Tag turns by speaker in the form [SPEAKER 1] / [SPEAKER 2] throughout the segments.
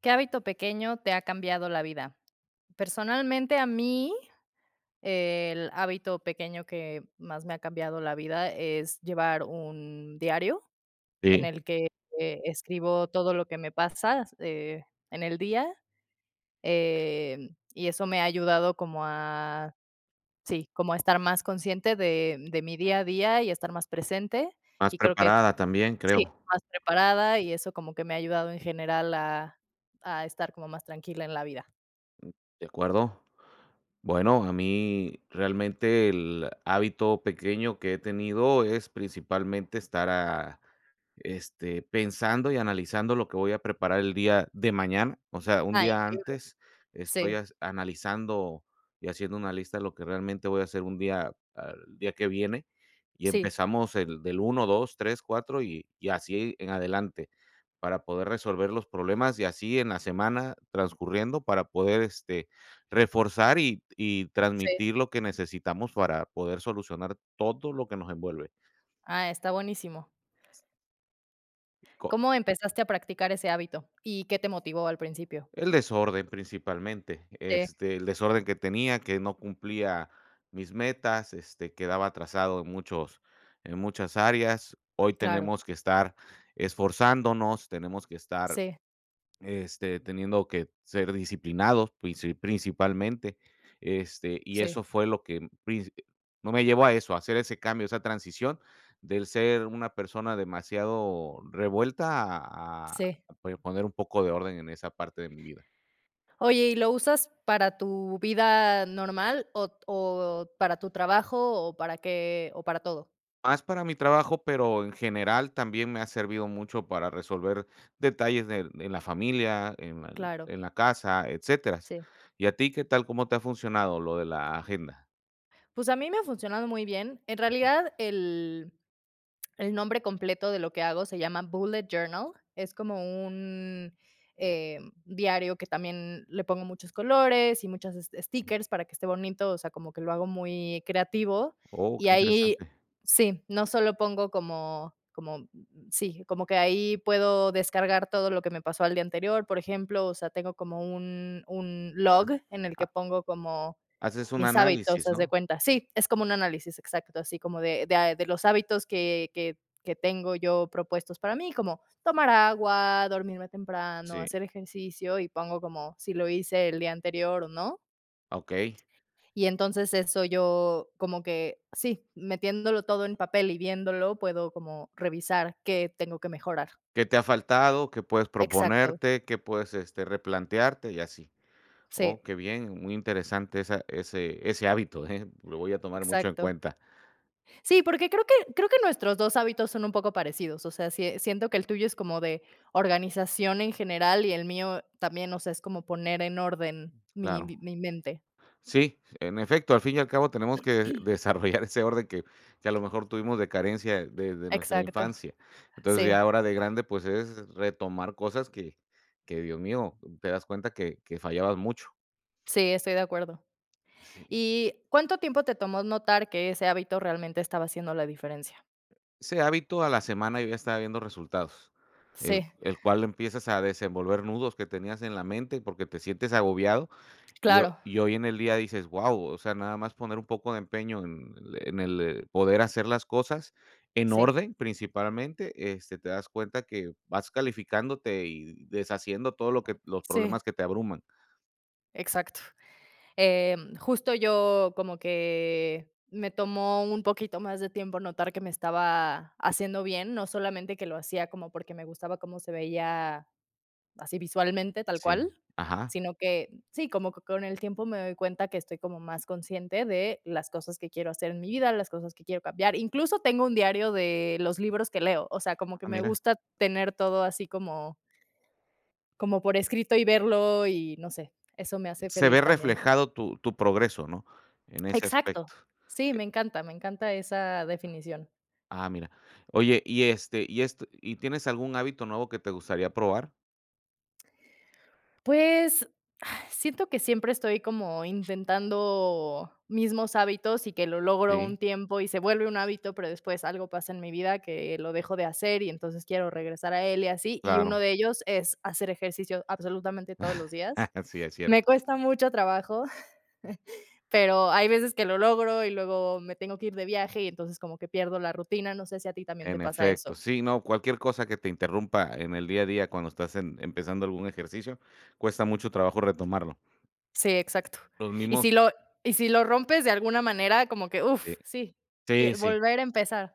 [SPEAKER 1] ¿Qué hábito pequeño te ha cambiado la vida? Personalmente, a mí, el hábito pequeño que más me ha cambiado la vida es llevar un diario en
[SPEAKER 2] Sí,
[SPEAKER 1] el que, escribo todo lo que me pasa, en el día, y eso me ha ayudado como a sí, como a estar más consciente de mi día a día y estar más presente,
[SPEAKER 2] más
[SPEAKER 1] y creo que
[SPEAKER 2] preparada también,
[SPEAKER 1] sí,
[SPEAKER 2] creo.
[SPEAKER 1] más preparada, y eso como que me ha ayudado en general a estar como más tranquila en la vida.
[SPEAKER 2] ¿De acuerdo? Bueno, a mí realmente el hábito pequeño que he tenido es principalmente estar a pensando y analizando lo que voy a preparar el día de mañana, o sea, un
[SPEAKER 1] Ah,
[SPEAKER 2] día
[SPEAKER 1] increíble.
[SPEAKER 2] antes estoy
[SPEAKER 1] Sí,
[SPEAKER 2] as analizando y haciendo una lista de lo que realmente voy a hacer un día al día que viene, y
[SPEAKER 1] sí,
[SPEAKER 2] empezamos el del uno, 2, 3, 4 y así en adelante, para poder resolver los problemas y así en la semana transcurriendo para poder, reforzar y
[SPEAKER 1] sí.
[SPEAKER 2] transmitir lo que necesitamos para poder solucionar todo lo que nos envuelve.
[SPEAKER 1] Ah, está buenísimo. ¿Cómo empezaste a practicar ese hábito y qué te motivó al principio?
[SPEAKER 2] El desorden principalmente,
[SPEAKER 1] Sí,
[SPEAKER 2] el desorden que tenía, que no cumplía mis metas, quedaba atrasado en muchos en muchas áreas. Hoy
[SPEAKER 1] claro.
[SPEAKER 2] tenemos que estar esforzándonos, tenemos que estar,
[SPEAKER 1] Sí,
[SPEAKER 2] teniendo que ser disciplinados, principalmente, y
[SPEAKER 1] sí,
[SPEAKER 2] eso fue lo que princi no me llevó a eso, a hacer ese cambio, esa transición del ser una persona demasiado revuelta a a
[SPEAKER 1] sí.
[SPEAKER 2] a poner un poco de orden en esa parte de mi vida.
[SPEAKER 1] Oye, ¿y lo usas para tu vida normal o para tu trabajo o para qué o para todo?
[SPEAKER 2] Más para mi trabajo, pero en general también me ha servido mucho para resolver detalles de en la familia, en la
[SPEAKER 1] Claro,
[SPEAKER 2] en la casa, etcéteras.
[SPEAKER 1] sí.
[SPEAKER 2] ¿Y a ti qué tal? ¿Cómo te ha funcionado lo de la agenda?
[SPEAKER 1] Pues a mí me ha funcionado muy bien. En realidad, el nombre completo de lo que hago se llama bullet journal. Es como un, eh, diario que también le pongo muchos colores y muchas es stickers para que esté bonito, o sea, como que lo hago muy creativo.
[SPEAKER 2] Oh,
[SPEAKER 1] Y
[SPEAKER 2] qué
[SPEAKER 1] ahí
[SPEAKER 2] interesante.
[SPEAKER 1] sí, no solo pongo como sí, como que ahí puedo descargar todo lo que me pasó al día anterior, por ejemplo, o sea, tengo como un log en el
[SPEAKER 2] Ha
[SPEAKER 1] que pongo como
[SPEAKER 2] haces un
[SPEAKER 1] mis hábitos,
[SPEAKER 2] análisis,
[SPEAKER 1] haz de
[SPEAKER 2] ¿no?
[SPEAKER 1] cuenta. Sí, es como un análisis exacto, así como de los hábitos que tengo yo propuestos para mí, como tomar agua, dormirme temprano,
[SPEAKER 2] Sí,
[SPEAKER 1] hacer ejercicio, y pongo como si lo hice el día anterior o no.
[SPEAKER 2] okey.
[SPEAKER 1] Y entonces eso yo como que sí, metiéndolo todo en papel y viéndolo, puedo como revisar qué tengo que mejorar.
[SPEAKER 2] ¿Qué te ha faltado? ¿Qué puedes
[SPEAKER 1] Exacto,
[SPEAKER 2] proponerte? ¿Qué puedes, replantearte? Y así.
[SPEAKER 1] sí,
[SPEAKER 2] Oh, qué bien, muy interesante esa ese ese hábito, lo voy a tomar mucho en
[SPEAKER 1] exacto.
[SPEAKER 2] cuenta.
[SPEAKER 1] Sí, porque creo que nuestros 2 hábitos son un poco parecidos, o sea, siento que el tuyo es como de organización en general y el mío también, o sea, es como poner en orden mi
[SPEAKER 2] Claro.
[SPEAKER 1] mi mi mente.
[SPEAKER 2] Sí, en efecto, al fin y al cabo tenemos que desarrollar ese orden que a lo mejor tuvimos de carencia desde nuestra
[SPEAKER 1] Exacto.
[SPEAKER 2] infancia. Entonces,
[SPEAKER 1] Sí,
[SPEAKER 2] ya ahora de grande, pues, es retomar cosas que, Dios mío, te das cuenta que fallabas mucho.
[SPEAKER 1] sí, estoy de acuerdo.
[SPEAKER 2] Sí.
[SPEAKER 1] ¿Y cuánto tiempo te tomó notar que ese hábito realmente estaba haciendo la diferencia?
[SPEAKER 2] Ese hábito a la semana yo ya estaba viendo resultados, el
[SPEAKER 1] Sí,
[SPEAKER 2] el cual empiezas a desenvolver nudos que tenías en la mente porque te sientes agobiado. Y ho
[SPEAKER 1] claro.
[SPEAKER 2] y hoy en el día dices: "Guau". O sea, nada más poner un poco de empeño en el poder hacer las cosas en
[SPEAKER 1] Sí,
[SPEAKER 2] orden, principalmente, te das cuenta que vas calificándote y deshaciendo todo lo que los
[SPEAKER 1] sí,
[SPEAKER 2] problemas que te abruman.
[SPEAKER 1] exacto. Justo yo como que me tomó un poquito más de tiempo notar que me estaba haciendo bien, no solamente que lo hacía como porque me gustaba cómo se veía así visualmente, tal cual,
[SPEAKER 2] Sí. Ajá.
[SPEAKER 1] sino que sí, como que con el tiempo me doy cuenta que estoy como más consciente de las cosas que quiero hacer en mi vida, las cosas que quiero cambiar. Incluso tengo un diario de los libros que leo, o sea, como que
[SPEAKER 2] Ah,
[SPEAKER 1] me
[SPEAKER 2] mira.
[SPEAKER 1] gusta tener todo así como por escrito y verlo y no sé, eso me hace
[SPEAKER 2] Se ve
[SPEAKER 1] feliz también.
[SPEAKER 2] reflejado tu progreso, ¿no? En ese
[SPEAKER 1] Exacto.
[SPEAKER 2] aspecto.
[SPEAKER 1] Sí, me encanta esa definición.
[SPEAKER 2] Ah, mira. Oye, y, este, y esto ¿y tienes algún hábito nuevo que te gustaría probar?
[SPEAKER 1] Pues, siento que siempre estoy como intentando mismos hábitos y que lo logro un
[SPEAKER 2] Sí,
[SPEAKER 1] tiempo y se vuelve un hábito, pero después algo pasa en mi vida que lo dejo de hacer y entonces quiero regresar a él y así, y uno
[SPEAKER 2] claro.
[SPEAKER 1] de ellos es hacer ejercicio absolutamente todos los días.
[SPEAKER 2] Sí, es
[SPEAKER 1] Me
[SPEAKER 2] cierto.
[SPEAKER 1] cuesta mucho trabajo, pero hay veces que lo logro y luego me tengo que ir de viaje y entonces como que pierdo la rutina, no sé si a ti también te
[SPEAKER 2] En
[SPEAKER 1] pasa
[SPEAKER 2] efecto,
[SPEAKER 1] eso.
[SPEAKER 2] sí, no, cualquier cosa que te interrumpa en el día a día cuando estás en empezando algún ejercicio, cuesta mucho trabajo retomarlo.
[SPEAKER 1] Sí, exacto.
[SPEAKER 2] Los
[SPEAKER 1] Y
[SPEAKER 2] mismos
[SPEAKER 1] si lo y si lo rompes de alguna manera, como que, uff,
[SPEAKER 2] eh,
[SPEAKER 1] sí,
[SPEAKER 2] sí,
[SPEAKER 1] te
[SPEAKER 2] sí,
[SPEAKER 1] volver a empezar.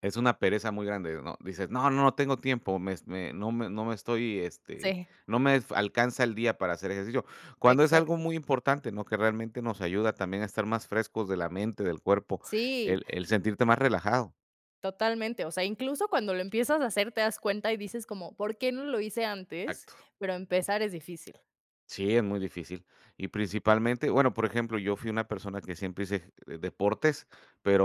[SPEAKER 2] es una pereza muy grande, ¿no? Dices: "No, no, no tengo tiempo, me me no me no me estoy,
[SPEAKER 1] Sí,
[SPEAKER 2] no me alcanza el día para hacer ejercicio", cuando es algo
[SPEAKER 1] exacto.
[SPEAKER 2] muy importante, ¿no? Que realmente nos ayuda también a estar más frescos de la mente, del cuerpo,
[SPEAKER 1] Sí,
[SPEAKER 2] el sentirte más relajado.
[SPEAKER 1] totalmente. O sea, incluso cuando lo empiezas a hacer, te das cuenta y dices como: "¿Por qué no lo hice antes?".
[SPEAKER 2] Exacto.
[SPEAKER 1] Pero empezar es difícil.
[SPEAKER 2] Sí, es muy difícil. Y principalmente, bueno, por ejemplo, yo fui una persona que siempre hice deportes,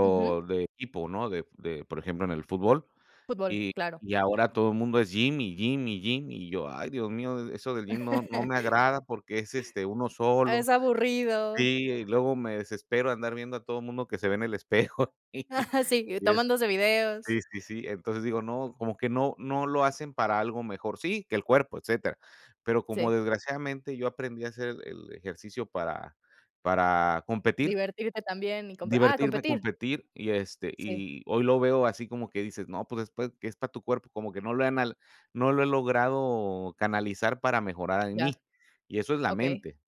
[SPEAKER 1] Ujú.
[SPEAKER 2] de equipo, ¿no? De, por ejemplo, en el fútbol.
[SPEAKER 1] Fútbol,
[SPEAKER 2] Y,
[SPEAKER 1] claro.
[SPEAKER 2] y, ahora todo el mundo es gym y gym y gym. Y yo, ay, Dios mío, eso del gym no, no me agrada porque es uno solo.
[SPEAKER 1] Es aburrido.
[SPEAKER 2] Sí, y luego me desespero andar viendo a todo el mundo que se ve en el espejo.
[SPEAKER 1] Sí,
[SPEAKER 2] Y,
[SPEAKER 1] tomándose videos.
[SPEAKER 2] sí, sí, sí. Entonces digo, no, como que no lo hacen para algo mejor. Sí, que el cuerpo, etcétera, pero como
[SPEAKER 1] Sí,
[SPEAKER 2] desgraciadamente yo aprendí a hacer el ejercicio para competir,
[SPEAKER 1] divertirte también y compe ah,
[SPEAKER 2] divertirme,
[SPEAKER 1] competir.
[SPEAKER 2] competir, y,
[SPEAKER 1] Sí,
[SPEAKER 2] y hoy lo veo así como que dices: "No, pues, después que es para tu cuerpo", como que no lo he logrado canalizar para mejorar en
[SPEAKER 1] ya,
[SPEAKER 2] mí, y eso es la
[SPEAKER 1] okey,
[SPEAKER 2] mente.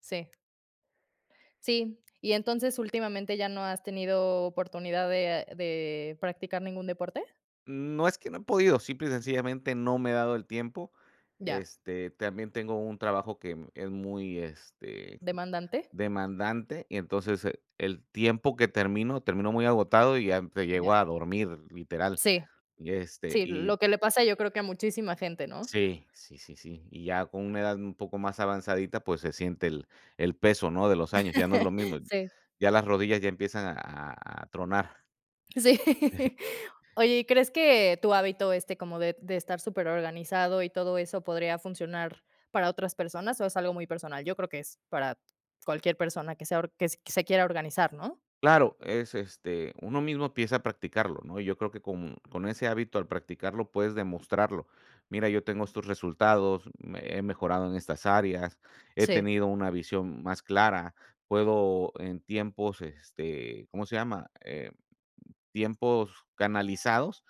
[SPEAKER 1] sí. Sí, y entonces, últimamente, ¿ya no has tenido oportunidad de practicar ningún deporte?
[SPEAKER 2] No es que no he podido, simple y sencillamente no me he dado el tiempo.
[SPEAKER 1] Ya,
[SPEAKER 2] También tengo un trabajo que es muy, este
[SPEAKER 1] demandante.
[SPEAKER 2] Demandante, y entonces, el tiempo que termino, termino muy agotado y ya te
[SPEAKER 1] Ya.
[SPEAKER 2] llego a dormir, literal.
[SPEAKER 1] Sí,
[SPEAKER 2] Y,
[SPEAKER 1] sí, lo que le pasa yo creo que a muchísima gente, ¿no?
[SPEAKER 2] sí, sí, sí, sí. Y ya con una edad un poco más avanzadita, pues, se siente el peso, ¿no?, de los años, ya no es lo mismo.
[SPEAKER 1] Sí,
[SPEAKER 2] Ya las rodillas ya empiezan a tronar.
[SPEAKER 1] sí. Oye, ¿y crees que tu hábito, este, como de estar súper organizado y todo eso, podría funcionar para otras personas, o es algo muy personal? Yo creo que es para cualquier persona que sea or que se quiera organizar, ¿no?
[SPEAKER 2] Claro, es, uno mismo empieza a practicarlo, ¿no? Y yo creo que con ese hábito, al practicarlo, puedes demostrarlo. Mira, yo tengo estos resultados, me he mejorado en estas áreas, he
[SPEAKER 1] Sí,
[SPEAKER 2] tenido una visión más clara, puedo en tiempos, ¿cómo se llama? Tiempos canalizados,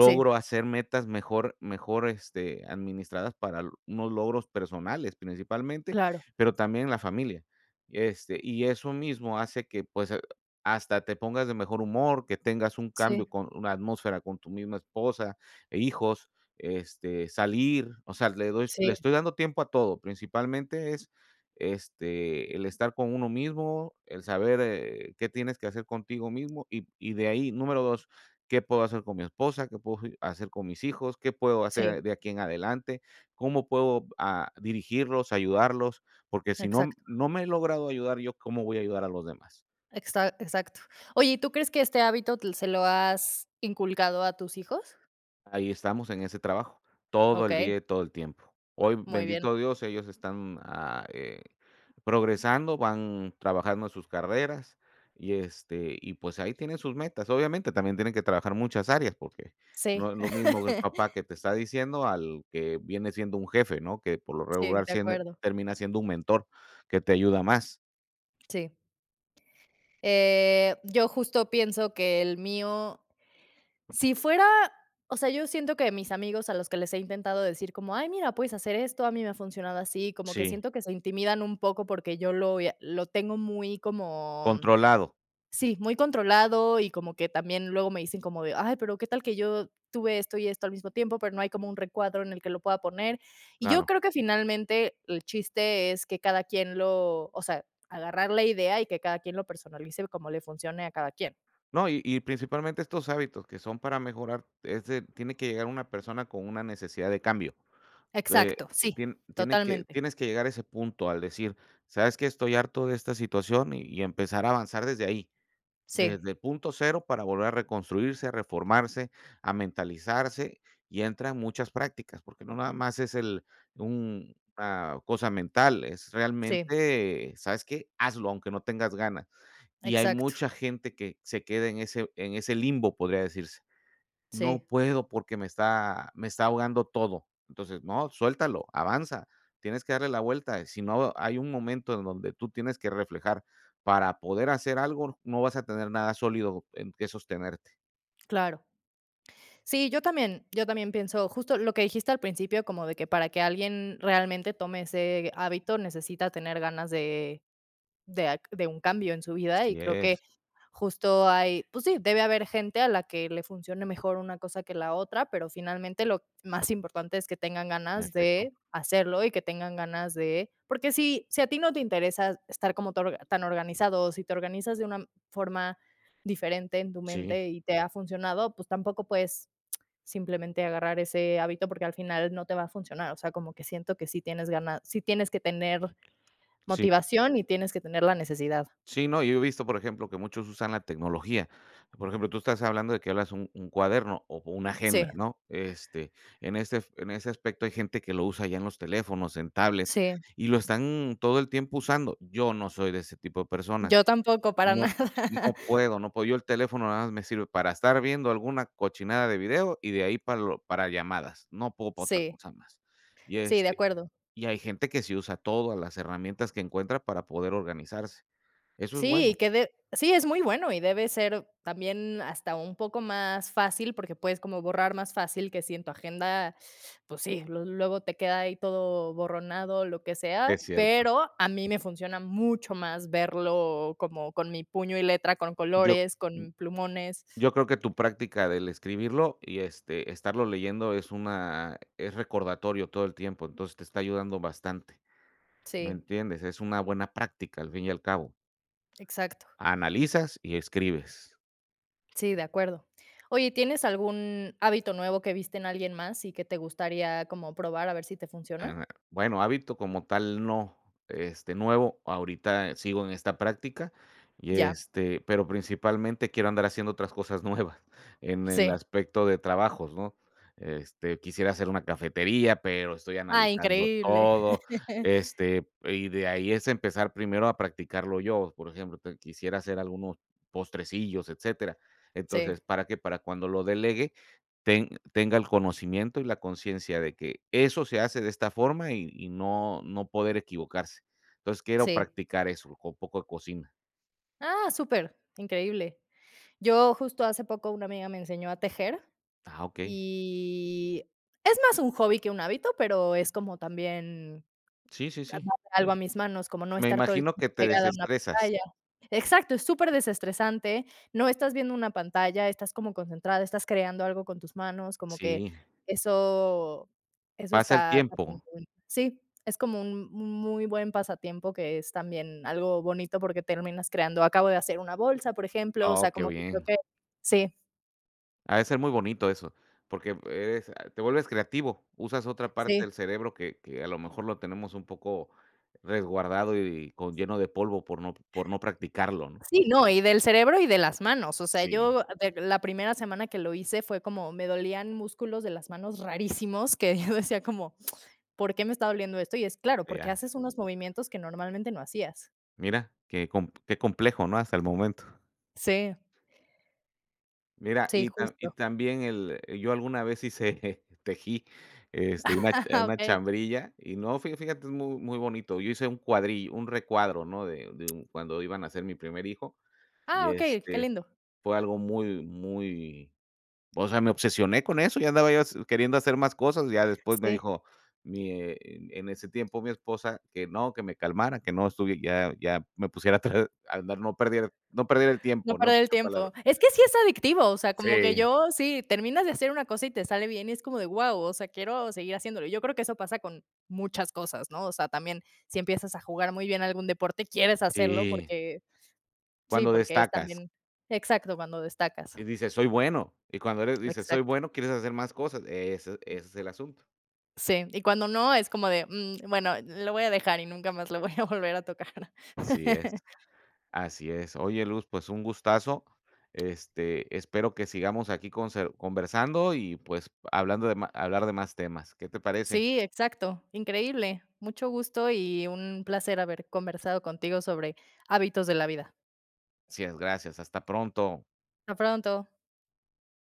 [SPEAKER 1] sí,
[SPEAKER 2] hacer metas mejor, administradas para l unos logros personales principalmente,
[SPEAKER 1] claro.
[SPEAKER 2] pero también la familia. Y eso mismo hace que, pues, hasta te pongas de mejor humor, que tengas un
[SPEAKER 1] Sí,
[SPEAKER 2] cambio con una atmósfera con tu misma esposa e hijos, salir, o sea, le
[SPEAKER 1] sí,
[SPEAKER 2] estoy dando tiempo a todo, principalmente es el estar con uno mismo, el saber, qué tienes que hacer contigo mismo y de ahí, número dos, ¿qué puedo hacer con mi esposa? ¿Qué puedo hacer con mis hijos? ¿Qué puedo
[SPEAKER 1] sí,
[SPEAKER 2] hacer de aquí en adelante? ¿Cómo puedo, dirigirlos, ayudarlos? Porque si no
[SPEAKER 1] exacto.
[SPEAKER 2] me he logrado ayudar yo, ¿cómo voy a ayudar a los demás?
[SPEAKER 1] Exacto. Oye, ¿y tú crees que este hábito te se lo has inculcado a tus hijos?
[SPEAKER 2] Ahí estamos en ese trabajo, todo el
[SPEAKER 1] Okey,
[SPEAKER 2] día y todo el tiempo. Hoy,
[SPEAKER 1] muy bien.
[SPEAKER 2] bendito Dios, ellos están, progresando, van trabajando en sus carreras y, y pues ahí tienen sus metas. Obviamente, también tienen que trabajar muchas áreas, porque
[SPEAKER 1] Sí,
[SPEAKER 2] no es lo mismo que el papá que te está diciendo al que viene siendo un jefe, ¿no? Que por lo
[SPEAKER 1] sí,
[SPEAKER 2] regular
[SPEAKER 1] de
[SPEAKER 2] siende
[SPEAKER 1] acuerdo,
[SPEAKER 2] termina siendo un mentor que te ayuda más.
[SPEAKER 1] sí. Yo justo pienso que el mío, si fuera o sea, yo siento que mis amigos a los que les he intentado decir como: "Ay, mira, puedes hacer esto, a mí me ha funcionado así", como que
[SPEAKER 2] Sí,
[SPEAKER 1] siento que se intimidan un poco porque yo lo tengo muy como
[SPEAKER 2] controlado,
[SPEAKER 1] sí, muy controlado y como que también luego me dicen como de: "Ay, pero qué tal que yo tuve esto y esto al mismo tiempo, pero no hay como un recuadro en el que lo pueda poner". Y yo
[SPEAKER 2] claro.
[SPEAKER 1] creo que finalmente el chiste es que cada quien lo o sea, agarrar la idea y que cada quien lo personalice como le funcione a cada quien.
[SPEAKER 2] No, y principalmente estos hábitos que son para mejorar, es de tiene que llegar una persona con una necesidad de cambio, que
[SPEAKER 1] Exacto,
[SPEAKER 2] eh,
[SPEAKER 1] sí,
[SPEAKER 2] tien tiene que
[SPEAKER 1] totalmente.
[SPEAKER 2] tienes que llegar a ese punto al decir: "¿Sabes que Estoy harto de esta situación", y empezar a avanzar desde ahí,
[SPEAKER 1] Sí,
[SPEAKER 2] desde el punto cero para volver a reconstruirse, a reformarse, a mentalizarse, y entran muchas prácticas, porque no nada más es el un una cosa mental, es
[SPEAKER 1] sí,
[SPEAKER 2] realmente, ¿sabes qué? Hazlo, aunque no tengas ganas. Y hay
[SPEAKER 1] exacto.
[SPEAKER 2] mucha gente que se queda en ese limbo, podría decirse. No
[SPEAKER 1] Sí,
[SPEAKER 2] puedo porque me está ahogando todo. Entonces, no, suéltalo, avanza, tienes que darle la vuelta. Si no, hay un momento en donde tú tienes que reflejar para poder hacer algo, no vas a tener nada sólido en que sostenerte.
[SPEAKER 1] claro. Sí, yo también pienso justo lo que dijiste al principio, como de que para que alguien realmente tome ese hábito necesita tener ganas de, de un cambio en su vida y
[SPEAKER 2] Así
[SPEAKER 1] creo que
[SPEAKER 2] es,
[SPEAKER 1] justo hay, pues sí, debe haber gente a la que le funcione mejor una cosa que la otra, pero finalmente lo más importante es que tengan
[SPEAKER 2] en
[SPEAKER 1] ganas
[SPEAKER 2] efecto.
[SPEAKER 1] de hacerlo y que tengan ganas de, porque si, si a ti no te interesa estar como tan tan organizado, o si te organizas de una forma diferente en tu
[SPEAKER 2] Sí.
[SPEAKER 1] mente y te ha funcionado, pues tampoco puedes simplemente agarrar ese hábito porque al final no te va a funcionar, o sea, como que siento que sí tienes ganas, sí tienes que tener
[SPEAKER 2] Sí.
[SPEAKER 1] motivación y tienes que tener la necesidad.
[SPEAKER 2] Sí, no, yo he visto, por ejemplo, que muchos usan la tecnología. Por ejemplo, tú estás hablando de que hablas un cuaderno o una agenda,
[SPEAKER 1] Sí,
[SPEAKER 2] ¿no? En ese aspecto hay gente que lo usa ya en los teléfonos, en tablets,
[SPEAKER 1] sí,
[SPEAKER 2] y lo están todo el tiempo usando. Yo no soy de ese tipo de personas.
[SPEAKER 1] yo tampoco para nada.
[SPEAKER 2] No no puedo, no puedo. Yo el teléfono nada más me sirve para estar viendo alguna cochinada de video y de ahí para llamadas. No puedo para otra
[SPEAKER 1] Sí,
[SPEAKER 2] cosa más. Y,
[SPEAKER 1] sí, de acuerdo.
[SPEAKER 2] y hay gente que sí usa todas las herramientas que encuentra para poder organizarse. Eso es
[SPEAKER 1] Sí,
[SPEAKER 2] bueno.
[SPEAKER 1] que de sí, es muy bueno y debe ser también hasta un poco más fácil, porque puedes como borrar más fácil que si en tu agenda, pues sí, lu luego te queda ahí todo borronado, lo que sea,
[SPEAKER 2] Es cierto.
[SPEAKER 1] pero a mí me funciona mucho más verlo como con mi puño y letra, con
[SPEAKER 2] Yo
[SPEAKER 1] colores, con plumones.
[SPEAKER 2] yo creo que tu práctica del escribirlo y, estarlo leyendo es recordatorio todo el tiempo, entonces te está ayudando bastante, ¿me
[SPEAKER 1] Sí,
[SPEAKER 2] entiendes? Es una buena práctica, al fin y al cabo.
[SPEAKER 1] exacto.
[SPEAKER 2] Analizas y escribes.
[SPEAKER 1] Sí, de acuerdo. Oye, ¿tienes algún hábito nuevo que viste en alguien más y que te gustaría como probar a ver si te funciona?
[SPEAKER 2] Ah, bueno, hábito como tal no, nuevo, ahorita sigo en esta práctica y,
[SPEAKER 1] Ya,
[SPEAKER 2] pero principalmente quiero andar haciendo otras cosas nuevas en el
[SPEAKER 1] sí.
[SPEAKER 2] aspecto de trabajos, ¿no? Quisiera hacer una cafetería, pero estoy
[SPEAKER 1] Ah,
[SPEAKER 2] analizando
[SPEAKER 1] increíble.
[SPEAKER 2] todo, y de ahí es empezar primero a practicarlo yo. Por ejemplo, te quisiera hacer algunos postrecillos, etcétera.
[SPEAKER 1] Sí,
[SPEAKER 2] Entonces, ¿para qué? Para cuando lo delegue, tenga el conocimiento y la conciencia de que eso se hace de esta forma y no poder equivocarse. Entonces, quiero
[SPEAKER 1] sí.
[SPEAKER 2] practicar eso, con un poco de cocina.
[SPEAKER 1] Ah, súper, increíble. Yo justo hace poco una amiga me enseñó a tejer
[SPEAKER 2] Ah, okey.
[SPEAKER 1] y es más un hobby que un hábito, pero es como también
[SPEAKER 2] Sí, sí, sí.
[SPEAKER 1] algo a mis manos, como no
[SPEAKER 2] Me
[SPEAKER 1] estar todo el
[SPEAKER 2] imagino que
[SPEAKER 1] tiempo
[SPEAKER 2] te
[SPEAKER 1] pegada a una
[SPEAKER 2] desestresas.
[SPEAKER 1] pantalla. Exacto, es súper desestresante no estás viendo una pantalla, estás como concentrada, estás creando algo con tus manos, como que
[SPEAKER 2] Sí,
[SPEAKER 1] eso eso
[SPEAKER 2] pasa el
[SPEAKER 1] está también
[SPEAKER 2] tiempo.
[SPEAKER 1] muy bueno. Sí, es como un muy buen pasatiempo que es también algo bonito porque terminas creando. Acabo de hacer una bolsa, por ejemplo, o sea,
[SPEAKER 2] Oh, qué
[SPEAKER 1] como que creo
[SPEAKER 2] bien.
[SPEAKER 1] que sí,
[SPEAKER 2] Ha de ser muy bonito eso, porque te vuelves creativo, usas otra parte
[SPEAKER 1] sí.
[SPEAKER 2] del cerebro que a lo mejor lo tenemos un poco resguardado y con lleno de polvo por no practicarlo, ¿no?
[SPEAKER 1] Sí, no, y del cerebro y de las manos. O sea,
[SPEAKER 2] Sí,
[SPEAKER 1] yo de la primera semana que lo hice fue como me dolían músculos de las manos rarísimos que yo decía como, ¿por qué me está doliendo esto? Y es claro, porque
[SPEAKER 2] ya.
[SPEAKER 1] haces unos movimientos que normalmente no hacías.
[SPEAKER 2] Mira, qué complejo, ¿no? Hasta el momento.
[SPEAKER 1] Sí,
[SPEAKER 2] Mira,
[SPEAKER 1] sí,
[SPEAKER 2] y ta y
[SPEAKER 1] justo.
[SPEAKER 2] también el yo alguna vez hice tejí, una cha una
[SPEAKER 1] Okey.
[SPEAKER 2] chambrilla y no, fí fíjate, es muy muy bonito. Yo hice un cuadrillo, un recuadro, ¿no? De un cuando iban a ser mi primer hijo
[SPEAKER 1] Ah,
[SPEAKER 2] y,
[SPEAKER 1] okey, qué lindo.
[SPEAKER 2] fue algo muy, muy. O sea, me obsesioné con eso, ya andaba yo s queriendo hacer más cosas. Ya después me
[SPEAKER 1] Sí.
[SPEAKER 2] dijo en ese tiempo mi esposa que no, que me calmara, que no estuvie ya me pusiera a andar, no perder el
[SPEAKER 1] No
[SPEAKER 2] tiempo, ¿no? En
[SPEAKER 1] perder el
[SPEAKER 2] pocas
[SPEAKER 1] tiempo.
[SPEAKER 2] palabras.
[SPEAKER 1] Es que sí es adictivo, o sea, como que
[SPEAKER 2] Sí,
[SPEAKER 1] yo sí, terminas de hacer una cosa y te sale bien y es como de wow o sea, quiero seguir haciéndolo. Yo creo que eso pasa con muchas cosas, ¿no? O sea, también si empiezas a jugar muy bien algún deporte, quieres hacerlo
[SPEAKER 2] sí.
[SPEAKER 1] porque sí,
[SPEAKER 2] Cuando
[SPEAKER 1] porque es
[SPEAKER 2] destacas
[SPEAKER 1] también exacto, cuando destacas.
[SPEAKER 2] y dices: "Soy bueno", y cuando eres dices: "Soy
[SPEAKER 1] Exacto.
[SPEAKER 2] bueno", quieres hacer más cosas, ese es el asunto.
[SPEAKER 1] Sí, y cuando no, es como de, mm, bueno, lo voy a dejar y nunca más lo voy a volver a tocar.
[SPEAKER 2] Así es. Así es. Oye, Luz, pues un gustazo. Espero que sigamos aquí conversando y pues hablar de más temas. ¿Qué te parece?
[SPEAKER 1] Sí, exacto, increíble. Mucho gusto y un placer haber conversado contigo sobre hábitos de la vida.
[SPEAKER 2] Gracias, gracias. Hasta pronto.
[SPEAKER 1] Hasta pronto.